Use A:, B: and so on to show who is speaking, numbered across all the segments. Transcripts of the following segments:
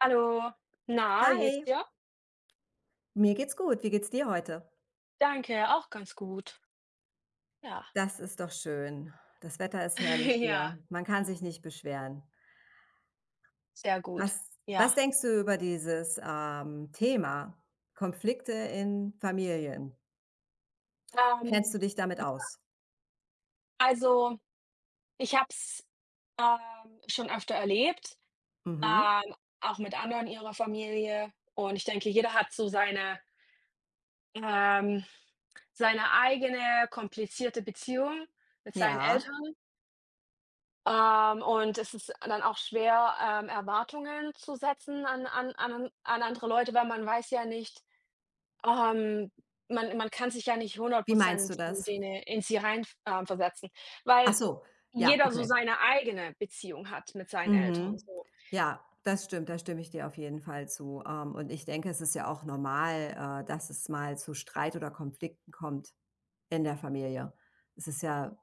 A: Hallo. Na, wie geht's
B: Hi,
A: dir?
B: mir geht's gut. Wie geht's dir heute?
A: Danke, auch ganz gut. Ja.
B: Das ist doch schön. Das Wetter ist herrlich hier.
A: Ja,
B: Man kann sich nicht beschweren.
A: sehr
B: Was,
A: gut.
B: was
A: Ja.
B: denkst du über dieses Thema Konflikte in Familien? Kennst
A: Ähm,
B: du dich damit aus?
A: also, ich habe es, schon öfter erlebt,
B: Mhm.
A: ähm, auch mit anderen ihrer Familie, und ich denke, jeder hat so ähm seine eigene komplizierte Beziehung mit seinen
B: Ja.
A: Eltern, und es ist dann auch schwer, Erwartungen zu setzen an andere Leute, weil man weiß ja nicht Ähm, man kann sich ja nicht
B: Wie meinst du
A: 100
B: das?
A: in sie rein versetzen,
B: Ach
A: weil
B: so, ja,
A: jeder so
B: okay.
A: seine eigene Beziehung hat mit seinen Eltern
B: Mhm.
A: so.
B: Ja, das stimmt, da stimme ich dir auf jeden Fall zu. Und ich denke, es ist ja auch normal, dass es mal zu Streit oder Konflikten kommt in der Familie. Es ist ja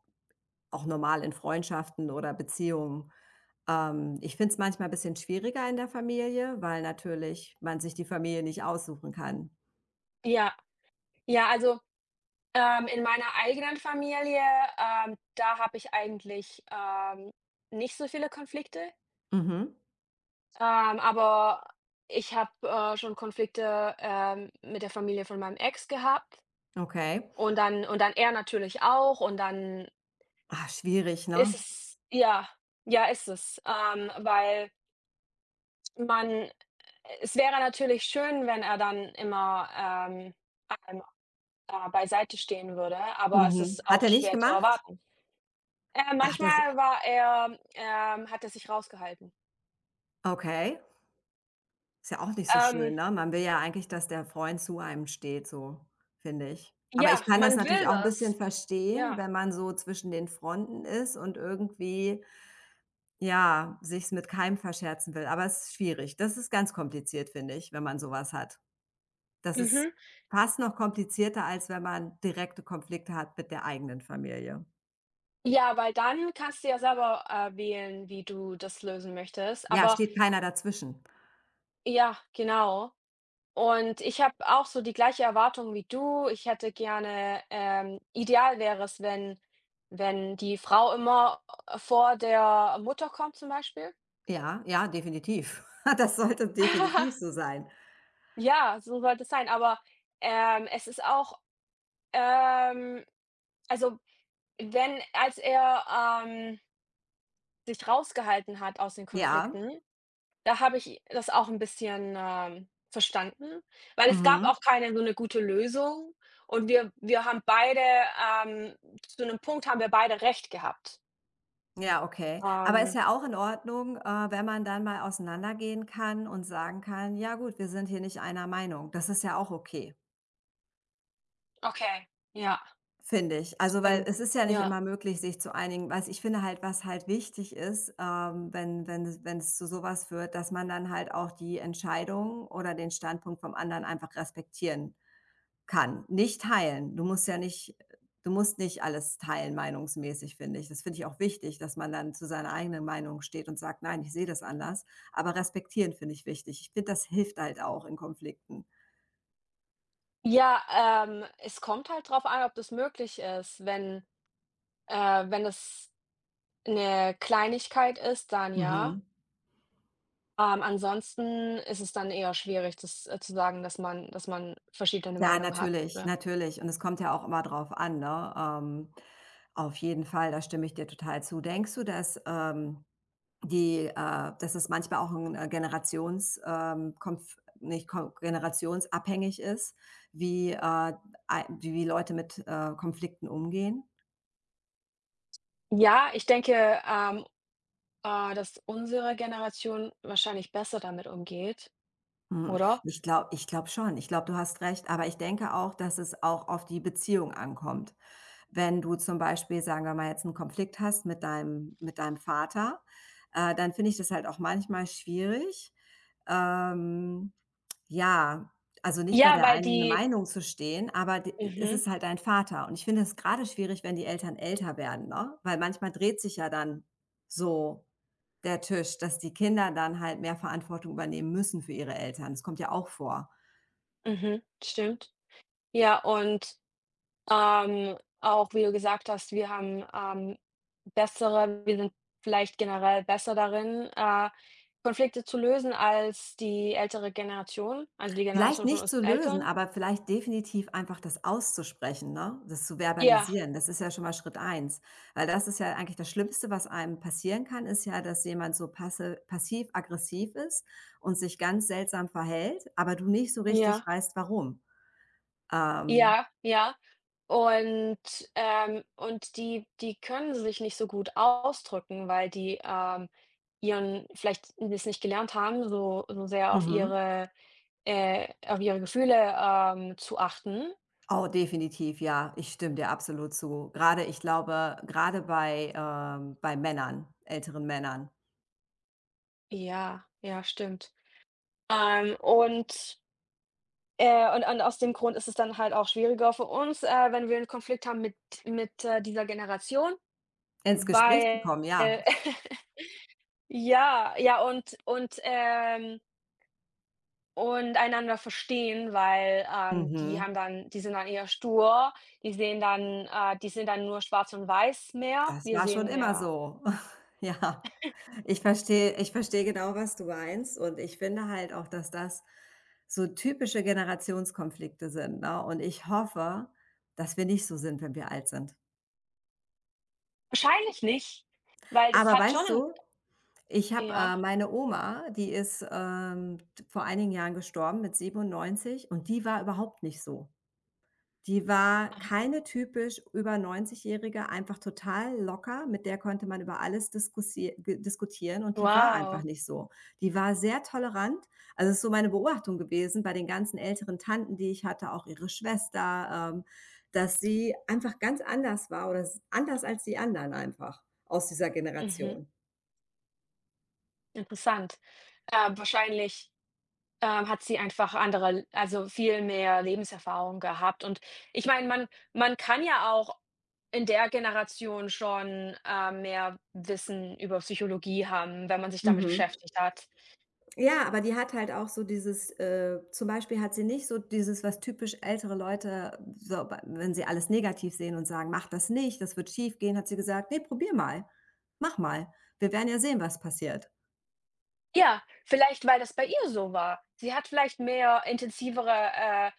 B: auch normal in Freundschaften oder Beziehungen. Ich finde es manchmal ein bisschen schwieriger in der Familie, weil natürlich man sich die Familie nicht aussuchen kann.
A: Ja, ja, in meiner eigenen Familie, da habe ich eigentlich, nicht so viele Konflikte,
B: Mhm,
A: aber ich habe, schon Konflikte, mit der Familie von meinem Ex gehabt.
B: okay.
A: Und dann er natürlich auch, und dann
B: Ah, schwierig,
A: ist
B: ne?
A: es ja, ja, ist es, weil man es wäre natürlich schön, wenn er dann immer, einem da beiseite stehen würde, aber es
B: Mhm.
A: ist
B: Hat
A: auch
B: er nicht
A: schwer zu
B: gemacht?
A: erwarten. Äh,
B: Ach, das
A: manchmal war er hat er sich rausgehalten.
B: okay. Ist ja auch nicht so
A: Ähm,
B: schön, ne? Man will ja eigentlich, dass der Freund zu einem steht, so, finde ich. Aber ich
A: ja,
B: kann
A: man
B: das
A: will
B: natürlich auch 'n bisschen
A: das.
B: verstehen,
A: Ja.
B: wenn man so zwischen den Fronten ist und irgendwie ja, sich's mit keinem verscherzen will, aber es ist schwierig. Das ist ganz kompliziert, finde ich, wenn man sowas hat. Das ist
A: Mhm.
B: fast noch komplizierter, als wenn man direkte Konflikte hat mit der eigenen Familie.
A: Ja, weil dann kannst du ja selber, wählen, wie du das lösen möchtest.
B: Ja,
A: Aber
B: steht keiner dazwischen.
A: ja, genau. Und ich habe auch so die gleiche Erwartung wie du. Ich hätte gerne ideal wäre es, wenn die Frau immer, vor der Mutter kommt zum Beispiel.
B: Ja, ja, definitiv. Das sollte definitiv so sein.
A: Ja, so sollte es sein, aber, es ist auch, ähm also, wenn als er, ähm, sich rausgehalten hat aus den
B: Ja,
A: Konflikten. Da habe ich das auch 'n bisschen, verstanden, weil es gab
B: mhm.
A: auch keine so 'ne gute Lösung, und wir haben beide, zu 'nem Punkt haben wir beide recht gehabt.
B: Ja, okay. Aber ist
A: Ähm,
B: ja auch in Ordnung, wenn man dann mal auseinandergehen kann und sagen kann: „Ja gut, wir sind hier nicht einer Meinung.“ Das ist ja auch okay.
A: okay, ja,
B: Finde ich. Also, weil
A: stimmt,
B: es ist ja nicht
A: ja.
B: immer möglich, sich zu einigen. Was ich finde halt, was halt wichtig ist, wenn es wenn es zu sowas führt, dass man dann halt auch die Entscheidung oder den Standpunkt vom anderen einfach respektieren kann. Nicht teilen. Du musst nicht alles teilen meinungsmäßig, finde ich. Das finde ich auch wichtig, dass man dann zu seiner eigenen Meinung steht und sagt: „Nein, ich sehe das anders.“ Aber respektieren finde ich wichtig. Ich finde, das hilft halt auch in Konflikten.
A: Ja, es kommt halt drauf an, ob das möglich ist. Wenn es 'ne Kleinigkeit ist, dann ja.
B: Mhm.
A: Ansonsten ist es dann eher schwierig, das, zu sagen, dass man verschiedene
B: Ja,
A: Meinungen hat,
B: natürlich,
A: ja.
B: natürlich. Und es kommt ja auch immer drauf an, ne? Auf jeden Fall, da stimme ich dir total zu. Denkst du, dass, die, dass es manchmal auch ein Generations konf nicht ko generationsabhängig ist, wie, ei wie Leute mit, Konflikten umgehen?
A: Ja, ich denke, dass unsere Generation wahrscheinlich besser damit umgeht,
B: Hm,
A: oder?
B: ich glaube schon. Ich glaube, du hast recht, aber ich denke auch, dass es auch auf die Beziehung ankommt. Wenn du zum Beispiel, sagen wir mal, jetzt einen Konflikt hast mit deinem Vater, dann finde ich das halt auch manchmal schwierig, ähm, ja, also, nicht bei
A: Ja,
B: der
A: weil
B: einen
A: die
B: Meinung zu stehen, aber d es
A: mhm,
B: ist halt dein Vater. Und ich finde es gerade schwierig, wenn die Eltern älter werden, ne? Weil manchmal dreht sich ja dann so der Tisch, dass die Kinder dann halt mehr Verantwortung übernehmen müssen für ihre Eltern. Das kommt ja auch vor.
A: mhm, stimmt. Ja, und, auch wie du gesagt hast, wir sind vielleicht generell besser darin, Konflikte zu lösen als die ältere Generation, also die
B: Vielleicht
A: Generation von
B: nicht zu
A: unseren
B: lösen,
A: Eltern.
B: aber vielleicht definitiv einfach das auszusprechen, ne? Das zu
A: Ja,
B: verbalisieren. Das ist ja schon mal Schritt eins, weil das ist ja eigentlich das Schlimmste, was einem passieren kann, ist ja, dass jemand so passe passiv-aggressiv ist und sich ganz seltsam verhält, aber du nicht so richtig
A: ja.
B: weißt, warum. Ähm,
A: Ja, ja. Und, und die können sich nicht so gut ausdrücken, weil die, ihren vielleicht das nicht gelernt haben, so sehr
B: mhm.
A: auf ihre Gefühle, zu achten.
B: Oh, definitiv, ja. Ich stimme dir absolut zu. Gerade, ich glaube, gerade bei Männern, älteren Männern.
A: Ja, ja, stimmt. Ähm, und und aus dem Grund ist es dann halt auch schwieriger für uns, wenn wir einen Konflikt haben mit dieser Generation,
B: Ins Gespräch zu
A: weil
B: kommen, ja.
A: ja, ja, und einander verstehen, weil,
B: Mhm.
A: die sind dann eher stur. Die sind dann nur schwarz und weiß mehr.
B: Das
A: Wir
B: war schon
A: sehen
B: immer
A: mehr
B: so. Ja, ich verstehe genau, was du meinst und ich finde halt auch, dass das so typische Generationskonflikte sind, ne? Und ich hoffe, dass wir nicht so sind, wenn wir alt sind.
A: wahrscheinlich nicht, weil das
B: Aber
A: hat schon
B: weißt
A: 'n
B: du, ich habe,
A: ja,
B: meine Oma, die ist, vor einigen Jahren gestorben mit 97 und die war überhaupt nicht so. Die war keine typisch über 90-Jährige, einfach total locker, mit der konnte man über alles diskussie ge diskutieren und die war einfach
A: wow,
B: nicht so. Die war sehr tolerant. Also, ist so meine Beobachtung gewesen bei den ganzen älteren Tanten, die ich hatte, auch ihre Schwester, dass sie einfach ganz anders war oder s anders als die anderen einfach aus dieser
A: mhm,
B: Generation.
A: interessant. Wahrscheinlich, hat sie einfach andere, also viel mehr Lebenserfahrung gehabt. Und ich meine, man kann ja auch in der Generation schon, mehr Wissen über Psychologie haben, wenn man sich damit
B: Mhm.
A: beschäftigt hat.
B: Ja, aber die hat halt auch so dieses zum Beispiel hat sie nicht so dieses, was typisch ältere Leute, so, wenn sie alles negativ sehen und sagen, mach das nicht, das wird schief gehen, hat sie gesagt, nee, probier mal, mach mal. Wir werden ja sehen, was passiert.
A: Ja, vielleicht, weil das bei ihr so war. Sie hat vielleicht mehr intensivere,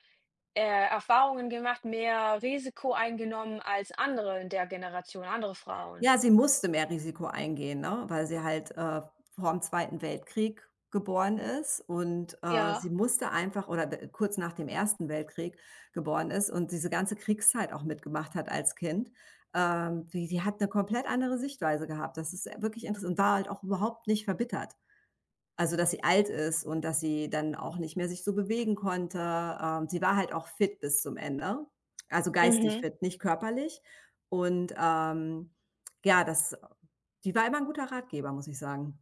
A: äh, Erfahrungen gemacht, mehr Risiko eingenommen als andere in der Generation, andere Frauen.
B: Ja, sie musste mehr Risiko eingehen, ne, weil sie halt, vor dem Zweiten Weltkrieg geboren ist und, sie
A: Ja.
B: musste einfach oder d kurz nach dem Ersten Weltkrieg geboren ist und diese ganze Kriegszeit auch mitgemacht hat als Kind. Die hat eine komplett andere Sichtweise gehabt. Das ist, wirklich interessant und war halt auch überhaupt nicht verbittert. Also, dass sie alt ist und dass sie dann auch nicht mehr sich so bewegen konnte. Sie war halt auch fit bis zum Ende, also geistig
A: Mhm.
B: fit, nicht körperlich. Und, ja, das die war immer ein guter Ratgeber, muss ich sagen.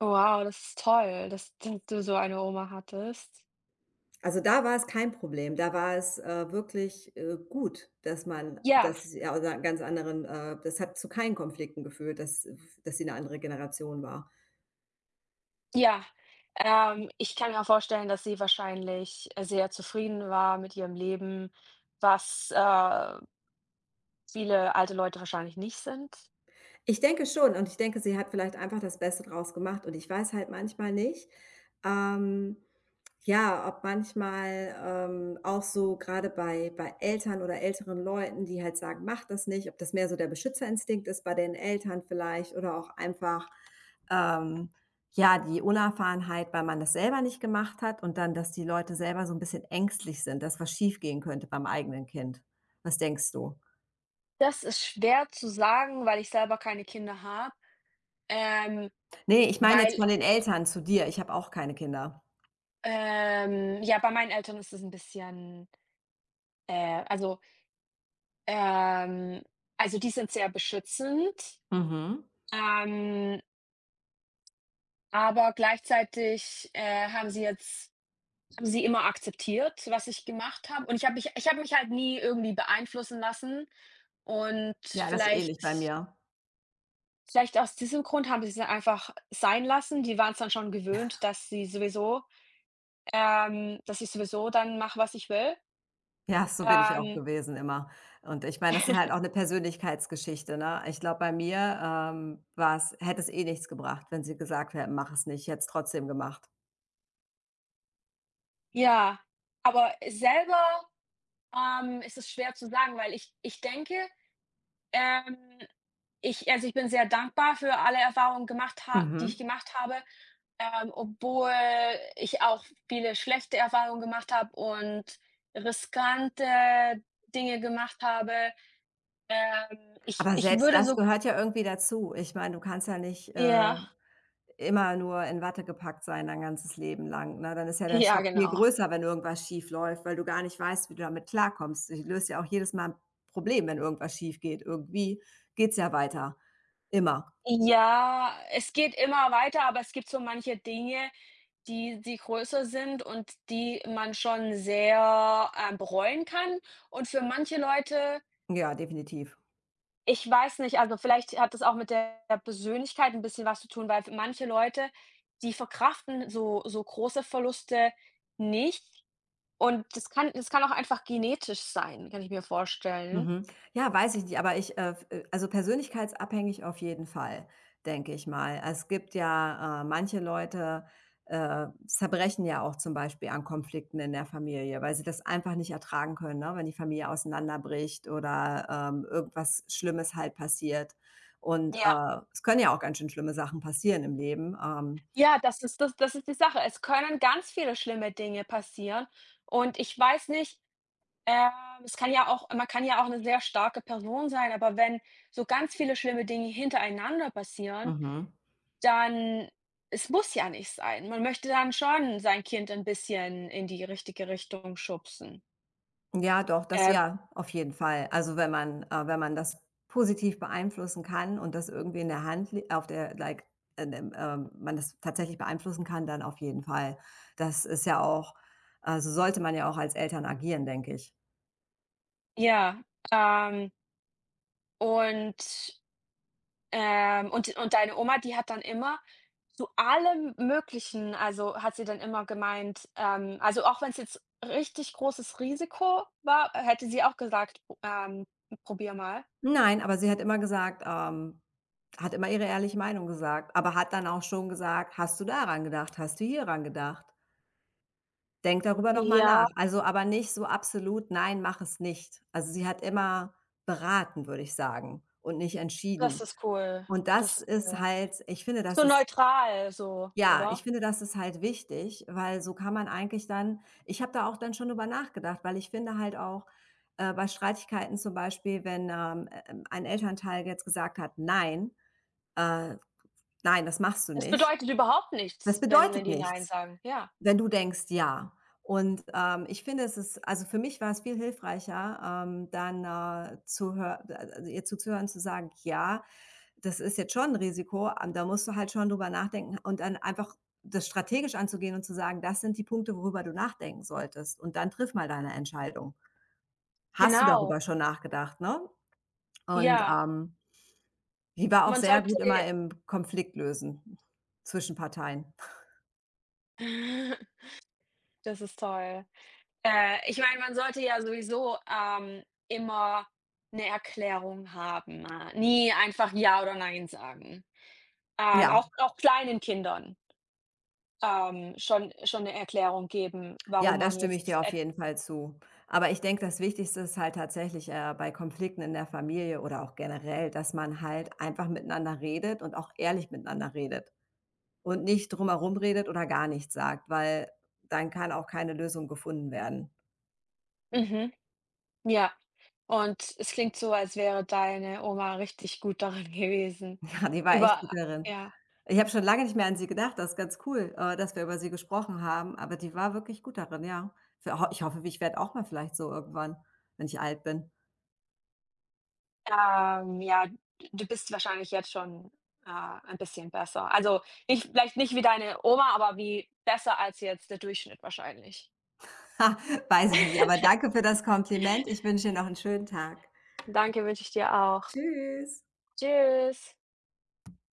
A: Wow, das ist toll, dass du so eine Oma hattest.
B: Also, da war es kein Problem. Da war es, wirklich, gut, dass man
A: Ja,
B: dass sie ja, aus 'n ganz anderen das hat zu keinen Konflikten geführt, dass sie eine andere Generation war.
A: ja. Ich kann mir auch vorstellen, dass sie wahrscheinlich sehr zufrieden war mit ihrem Leben, was, viele alte Leute wahrscheinlich nicht sind.
B: Ich denke schon und ich denke, sie hat vielleicht einfach das Beste draus gemacht und ich weiß halt manchmal nicht, ähm ja, ob manchmal, auch so gerade bei Eltern oder älteren Leuten, die halt sagen: „Mach das nicht“, ob das mehr so der Beschützerinstinkt ist bei den Eltern vielleicht oder auch einfach, ähm, ja, die Unerfahrenheit, weil man das selber nicht gemacht hat und dann, dass die Leute selber so ein bisschen ängstlich sind, dass was schiefgehen könnte beim eigenen Kind. Was denkst du?
A: Das ist schwer zu sagen, weil ich selber keine Kinder habe. Ähm,
B: Ne, ich meine jetzt
A: weil,
B: von den Eltern zu dir. Ich habe auch keine Kinder.
A: ja, bei meinen Eltern ist es ein bisschen, äh also, ähm also, die sind sehr beschützend,
B: Mhm.
A: ähm, aber gleichzeitig, haben sie immer akzeptiert, was ich gemacht habe. Und ich habe mich halt nie irgendwie beeinflussen lassen, und
B: Ja, das ist ähnlich bei mir.
A: vielleicht aus diesem Grund haben sie es einfach sein lassen. Die waren es dann schon gewöhnt, dass ich sowieso dann mache, was ich will.
B: Ja, so bin ich auch
A: Ähm
B: gewesen immer. Und ich meine, das ist halt auch eine Persönlichkeitsgeschichte, ne? Ich glaube, bei mir, war's hätte es eh nichts gebracht, wenn sie gesagt hätten: „Mach es nicht.“ Ich hätte es trotzdem gemacht.
A: Ja, aber selber, ist es schwer zu sagen, weil ich denke, ähm, ich also, ich bin sehr dankbar für alle Erfahrungen gemacht ha die ich
B: Mhm.
A: gemacht habe, obwohl ich auch viele schlechte Erfahrungen gemacht habe und riskante Dinge gemacht habe.
B: Aber
A: Ich
B: selbst
A: würde
B: das
A: so,
B: gehört ja irgendwie dazu. Ich meine, du kannst ja nicht,
A: ja,
B: immer nur in Watte gepackt sein dein ganzes Leben lang, ne? Dann ist ja der
A: ja,
B: Schock viel
A: genau.
B: größer, wenn irgendwas schief läuft, weil du gar nicht weißt, wie du damit klarkommst. Du löst ja auch jedes Mal ein Problem, wenn irgendwas schief geht. Irgendwie geht's ja weiter. Immer.
A: Ja, es geht immer weiter, aber es gibt so manche Dinge, die die größer sind und die man schon sehr, bereuen kann. Und für manche Leute,
B: Ja, definitiv.
A: ich weiß nicht, also vielleicht hat das auch mit der Persönlichkeit ein bisschen was zu tun, weil für manche Leute, die verkraften so große Verluste nicht, und das kann auch einfach genetisch sein, kann ich mir vorstellen.
B: Mhm. Ja, weiß ich nicht, aber ich, f also persönlichkeitsabhängig auf jeden Fall, denke ich mal. Es gibt ja, manche Leute, zerbrechen ja auch zum Beispiel an Konflikten in der Familie, weil sie das einfach nicht ertragen können, ne, wenn die Familie auseinanderbricht oder, irgendwas Schlimmes halt passiert. Und, es können ja auch ganz schön schlimme Sachen passieren im Leben,
A: Ja, das das ist die Sache. Es können ganz viele schlimme Dinge passieren, und ich weiß nicht, ähm, es kann ja auch eine sehr starke Person sein, aber wenn so ganz viele schlimme Dinge hintereinander passieren,
B: mhm.
A: dann es muss ja nicht sein. Man möchte dann schon sein Kind ein bisschen in die richtige Richtung schubsen.
B: Ja, doch, das
A: Ähm,
B: ja, auf jeden Fall. Also, wenn man wenn man das positiv beeinflussen kann und das irgendwie in der Hand li auf der like, man das tatsächlich beeinflussen kann, dann auf jeden Fall. Das ist ja auch so sollte man ja auch als Eltern agieren, denke ich.
A: ja, ähm, und deine Oma, die hat dann immer zu allem Möglichen, also hat sie dann immer gemeint, also, auch wenn es jetzt richtig großes Risiko war, hätte sie auch gesagt: „Oh, probier mal.“
B: Nein, aber sie hat immer gesagt, hat immer ihre ehrliche Meinung gesagt, aber hat dann auch schon gesagt: „Hast du daran gedacht? Hast du hieran gedacht?“ Denk darüber noch mal
A: Ja,
B: nach. Also, aber nicht so absolut: „Nein, mach es nicht.“ Also, sie hat immer beraten, würde ich sagen, und nicht
A: das
B: entschieden.
A: ist cool.
B: Und
A: Das
B: das
A: ist cool,
B: ist
A: ja.
B: halt ich finde, das
A: So
B: ist
A: neutral so,
B: ja,
A: oder?
B: ich finde, das ist halt wichtig, weil so kann man eigentlich dann ich habe da auch dann schon drüber nachgedacht, weil ich finde halt auch, bei Streitigkeiten zum Beispiel, wenn, ein Elternteil jetzt gesagt hat: „Nein, äh, nein, das machst du
A: Es
B: nicht.“
A: bedeutet überhaupt
B: Das
A: nichts, wenn
B: bedeutet
A: die nein
B: nichts.
A: sagen. Ja,
B: Wenn du denkst, ja. Und, ich finde, es ist also, für mich war es viel hilfreicher, dann, zu hör also, ihr zuzuhören, zu sagen: „Ja, das ist jetzt schon ein Risiko, da musst du halt schon drüber nachdenken“ und dann einfach das strategisch anzugehen und zu sagen: „Das sind die Punkte, worüber du nachdenken solltest und dann triff mal deine Entscheidung. Hast du
A: genau.
B: darüber schon nachgedacht“, ne? Und,
A: Ja,
B: die war auch
A: man
B: sehr
A: sollte
B: gut immer im Konflikt lösen zwischen Parteien.
A: das ist toll. Ich meine, man sollte ja sowieso, immer 'ne Erklärung haben. Nie einfach ja oder nein sagen.
B: Ja.
A: Auch kleinen Kindern, schon 'ne Erklärung geben,
B: Ja,
A: warum
B: da
A: man
B: stimme ich
A: jetzt
B: dir auf
A: et.
B: jeden Fall zu. Aber ich denke, das Wichtigste ist halt tatsächlich, bei Konflikten in der Familie oder auch generell, dass man halt einfach miteinander redet und auch ehrlich miteinander redet und nicht drumherum redet oder gar nichts sagt, weil dann kann auch keine Lösung gefunden werden.
A: Mhm, ja. Und es klingt so, als wäre deine Oma richtig gut darin gewesen,
B: Ja, die war echt gut
A: über
B: darin.
A: ja.
B: Ich habe schon lange nicht mehr an sie gedacht. Das ist ganz cool, dass wir über sie gesprochen haben, aber die war wirklich gut darin, ja. Für ho Ich hoffe, ich werde auch mal vielleicht so irgendwann, wenn ich alt bin.
A: Ja, du bist wahrscheinlich jetzt schon, ein bisschen besser. Also, nicht vielleicht nicht wie deine Oma, aber wie besser als jetzt der Durchschnitt wahrscheinlich.
B: Ha, weiß ich nicht, aber danke für das Kompliment. Ich wünsche dir noch 'n schönen Tag.
A: Danke, wünsche ich dir auch.
B: Tschüss.
A: Tschüss.